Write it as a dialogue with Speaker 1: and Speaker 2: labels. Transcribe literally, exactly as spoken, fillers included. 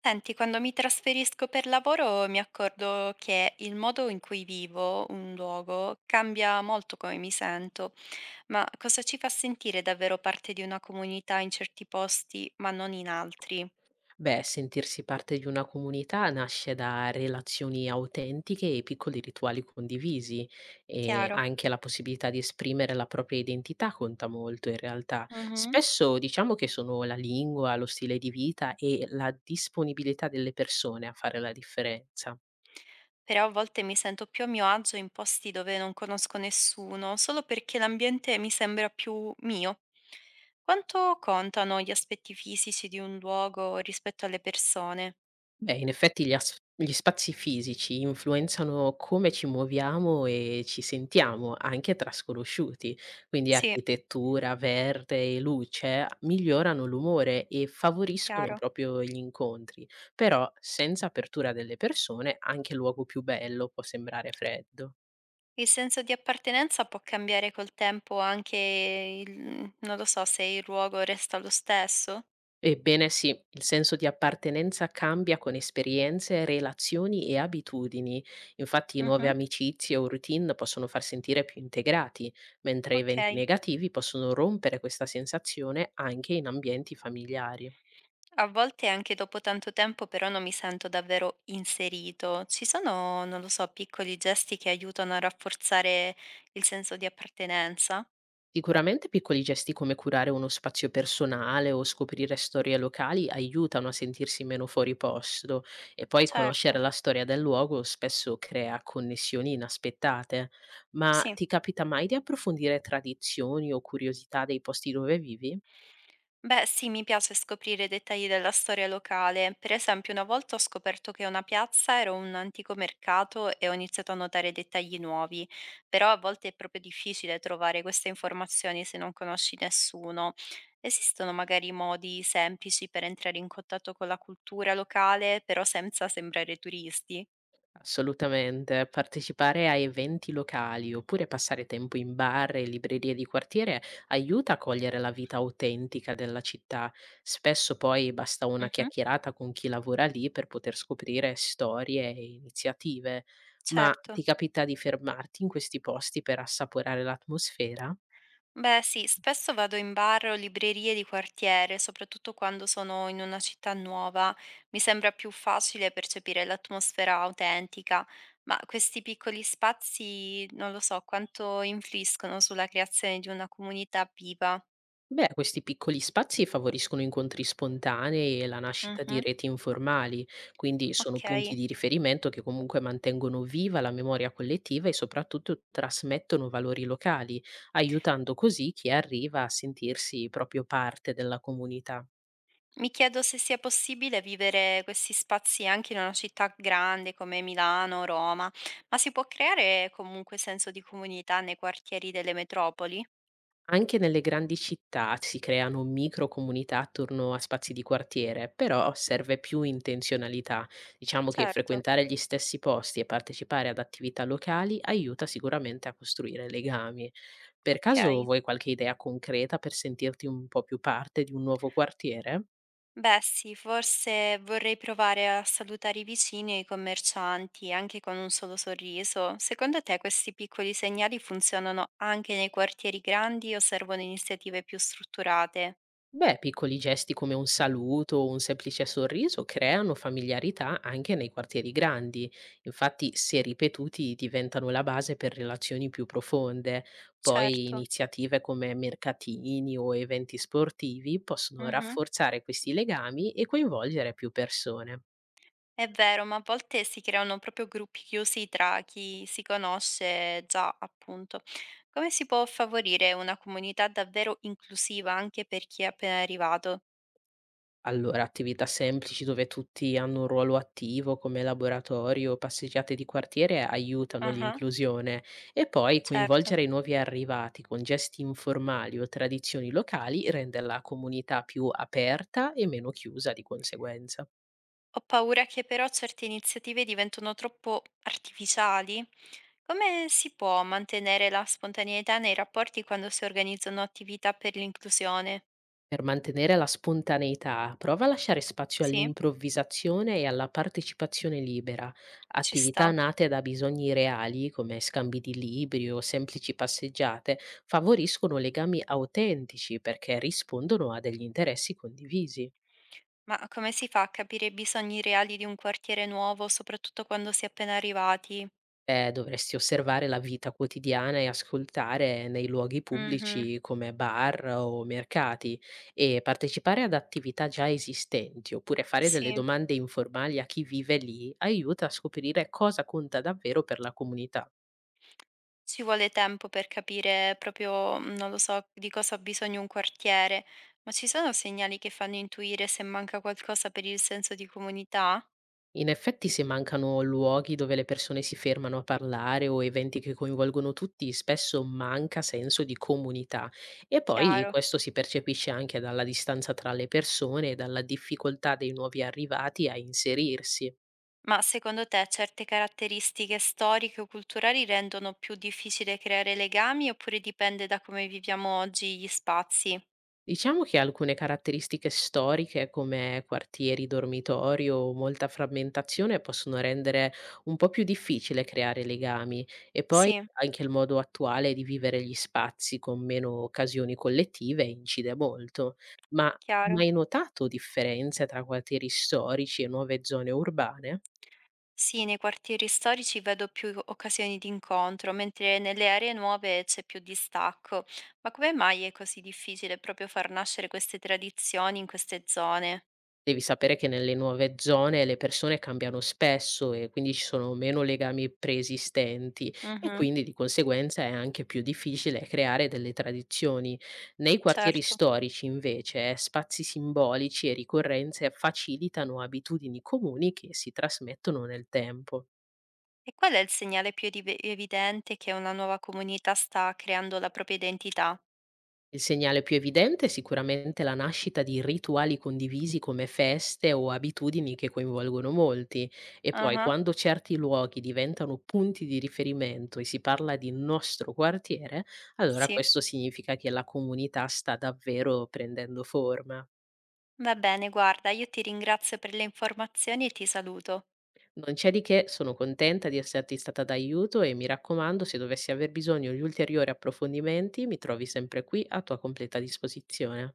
Speaker 1: Senti, quando mi trasferisco per lavoro mi accorgo che il modo in cui vivo un luogo cambia molto come mi sento, ma cosa ci fa sentire davvero parte di una comunità in certi posti, ma non in altri?
Speaker 2: Beh, sentirsi parte di una comunità nasce da relazioni autentiche e piccoli rituali condivisi e
Speaker 1: Chiaro?
Speaker 2: anche la possibilità di esprimere la propria identità conta molto in realtà.
Speaker 1: Mhm.
Speaker 2: Spesso diciamo che sono la lingua, lo stile di vita e la disponibilità delle persone a fare la differenza.
Speaker 1: Però a volte mi sento più a mio agio in posti dove non conosco nessuno, solo perché l'ambiente mi sembra più mio. Quanto contano gli aspetti fisici di un luogo rispetto alle persone?
Speaker 2: Beh, in effetti gli as gli spazi fisici influenzano come ci muoviamo e ci sentiamo, anche tra sconosciuti. Quindi
Speaker 1: Sì,
Speaker 2: architettura, verde e luce migliorano l'umore e favoriscono
Speaker 1: chiaro.
Speaker 2: proprio gli incontri. Però senza apertura delle persone anche il luogo più bello può sembrare freddo.
Speaker 1: Il senso di appartenenza può cambiare col tempo anche il non lo so, se il luogo resta lo stesso?
Speaker 2: Ebbene sì, il senso di appartenenza cambia con esperienze, relazioni e abitudini. Infatti nuove
Speaker 1: Mh-mh,
Speaker 2: amicizie o routine possono far sentire più integrati, mentre eventi
Speaker 1: okay.
Speaker 2: negativi possono rompere questa sensazione anche in ambienti familiari.
Speaker 1: A volte anche dopo tanto tempo però non mi sento davvero inserito. Ci sono, non lo so, piccoli gesti che aiutano a rafforzare il senso di appartenenza?
Speaker 2: Sicuramente piccoli gesti come curare uno spazio personale o scoprire storie locali aiutano a sentirsi meno fuori posto, e poi conoscere
Speaker 1: Certo,
Speaker 2: la storia del luogo spesso crea connessioni inaspettate. Ma
Speaker 1: sì.
Speaker 2: ti capita mai di approfondire tradizioni o curiosità dei posti dove vivi?
Speaker 1: Beh, sì, mi piace scoprire i dettagli della storia locale. Per esempio, una volta ho scoperto che una piazza era un antico mercato e ho iniziato a notare dettagli nuovi, però a volte è proprio difficile trovare queste informazioni se non conosci nessuno. Esistono magari modi semplici per entrare in contatto con la cultura locale, però senza sembrare turisti?
Speaker 2: Assolutamente, partecipare a eventi locali oppure passare tempo in bar e librerie di quartiere aiuta a cogliere la vita autentica della città. Spesso poi basta una
Speaker 1: Mhm,
Speaker 2: chiacchierata con chi lavora lì per poter scoprire storie e iniziative. Ma
Speaker 1: certo.
Speaker 2: ti capita di fermarti in questi posti per assaporare l'atmosfera?
Speaker 1: Beh sì, spesso vado in bar o librerie di quartiere, soprattutto quando sono in una città nuova. Mi sembra più facile percepire l'atmosfera autentica, ma questi piccoli spazi, non lo so, quanto influiscono sulla creazione di una comunità viva.
Speaker 2: Beh, questi piccoli spazi favoriscono incontri spontanei e la nascita di
Speaker 1: Mhm,
Speaker 2: reti informali, quindi sono
Speaker 1: ok.
Speaker 2: punti di riferimento che comunque mantengono viva la memoria collettiva e soprattutto trasmettono valori locali, aiutando così chi arriva a sentirsi proprio parte della comunità.
Speaker 1: Mi chiedo se sia possibile vivere questi spazi anche in una città grande come Milano, Roma, ma si può creare comunque senso di comunità nei quartieri delle metropoli?
Speaker 2: Anche nelle grandi città si creano microcomunità attorno a spazi di quartiere, però serve più intenzionalità. Diciamo che
Speaker 1: Certo,
Speaker 2: frequentare gli stessi posti e partecipare ad attività locali aiuta sicuramente a costruire legami. Per caso
Speaker 1: ok.
Speaker 2: vuoi qualche idea concreta per sentirti un po' più parte di un nuovo quartiere?
Speaker 1: Beh sì, forse vorrei provare a salutare i vicini e i commercianti anche con un solo sorriso. Secondo te questi piccoli segnali funzionano anche nei quartieri grandi o servono iniziative più strutturate?
Speaker 2: Beh, piccoli gesti come un saluto o un semplice sorriso creano familiarità anche nei quartieri grandi. Infatti, se ripetuti, diventano la base per relazioni più profonde. Poi
Speaker 1: Certo,
Speaker 2: iniziative come mercatini o eventi sportivi possono
Speaker 1: mhm,
Speaker 2: rafforzare questi legami e coinvolgere più persone.
Speaker 1: è vero, ma a volte si creano proprio gruppi chiusi tra chi si conosce già, appunto. Come si può favorire una comunità davvero inclusiva anche per chi è appena arrivato?
Speaker 2: Allora, attività semplici dove tutti hanno un ruolo attivo, come laboratorio o passeggiate di quartiere, aiutano
Speaker 1: Ah,
Speaker 2: l'inclusione, e poi
Speaker 1: certo.
Speaker 2: coinvolgere i nuovi arrivati con gesti informali o tradizioni locali rende la comunità più aperta e meno chiusa di conseguenza.
Speaker 1: Ho paura che però certe iniziative diventano troppo artificiali. Come si può mantenere la spontaneità nei rapporti quando si organizzano attività per l'inclusione?
Speaker 2: Per mantenere la spontaneità, prova a lasciare spazio
Speaker 1: Sì,
Speaker 2: all'improvvisazione e alla partecipazione libera:
Speaker 1: ci
Speaker 2: attività
Speaker 1: sta.
Speaker 2: nate da bisogni reali, come scambi di libri o semplici passeggiate, favoriscono legami autentici perché rispondono a degli interessi condivisi.
Speaker 1: Ma come si fa a capire i bisogni reali di un quartiere nuovo, soprattutto quando si è appena arrivati?
Speaker 2: Ehm, dovresti osservare la vita quotidiana e ascoltare nei luoghi
Speaker 1: Mhm,
Speaker 2: pubblici come bar o mercati, e partecipare ad attività già esistenti oppure fare delle
Speaker 1: sì,
Speaker 2: domande informali a chi vive lì aiuta a scoprire cosa conta davvero per la comunità.
Speaker 1: ci vuole tempo per capire proprio, mm, non lo so, di cosa ha bisogno un quartiere, ma ci sono segnali che fanno intuire se manca qualcosa per il senso di comunità?
Speaker 2: In effetti, se mancano luoghi dove le persone si fermano a parlare o eventi che coinvolgono tutti, spesso manca senso di comunità. E poi
Speaker 1: Chiaro.
Speaker 2: questo si percepisce anche dalla distanza tra le persone e dalla difficoltà dei nuovi arrivati a inserirsi.
Speaker 1: Ma secondo te certe caratteristiche storiche o culturali rendono più difficile creare legami oppure dipende da come viviamo oggi gli spazi?
Speaker 2: Diciamo che alcune caratteristiche storiche, come quartieri, dormitorio o molta frammentazione, possono rendere un po' più difficile creare legami, e poi
Speaker 1: Sì,
Speaker 2: anche il modo attuale di vivere gli spazi con meno occasioni collettive incide molto. Ma hai
Speaker 1: chiaro.
Speaker 2: mai notato differenze tra quartieri storici e nuove zone urbane?
Speaker 1: Sì, nei quartieri storici vedo più occasioni di incontro, mentre nelle aree nuove c'è più distacco. Ma come mai è così difficile proprio far nascere queste tradizioni in queste zone?
Speaker 2: Devi sapere che nelle nuove zone le persone cambiano spesso e quindi ci sono meno legami preesistenti, e
Speaker 1: Mhm,
Speaker 2: quindi di conseguenza è anche più difficile creare delle tradizioni. Nei quartieri
Speaker 1: certo.
Speaker 2: storici invece eh, spazi simbolici e ricorrenze facilitano abitudini comuni che si trasmettono nel tempo.
Speaker 1: E qual è il segnale più edive- evidente che una nuova comunità sta creando la propria identità?
Speaker 2: Il segnale più evidente è sicuramente la nascita di rituali condivisi come feste o abitudini che coinvolgono molti, e poi
Speaker 1: Ah-ah,
Speaker 2: quando certi luoghi diventano punti di riferimento e si parla di nostro quartiere, allora
Speaker 1: sì.
Speaker 2: questo significa che la comunità sta davvero prendendo forma.
Speaker 1: Va bene, guarda, io ti ringrazio per le informazioni e ti saluto.
Speaker 2: Non c'è di che, sono contenta di esserti stata d'aiuto, e mi raccomando, se dovessi aver bisogno di ulteriori approfondimenti, mi trovi sempre qui a tua completa disposizione.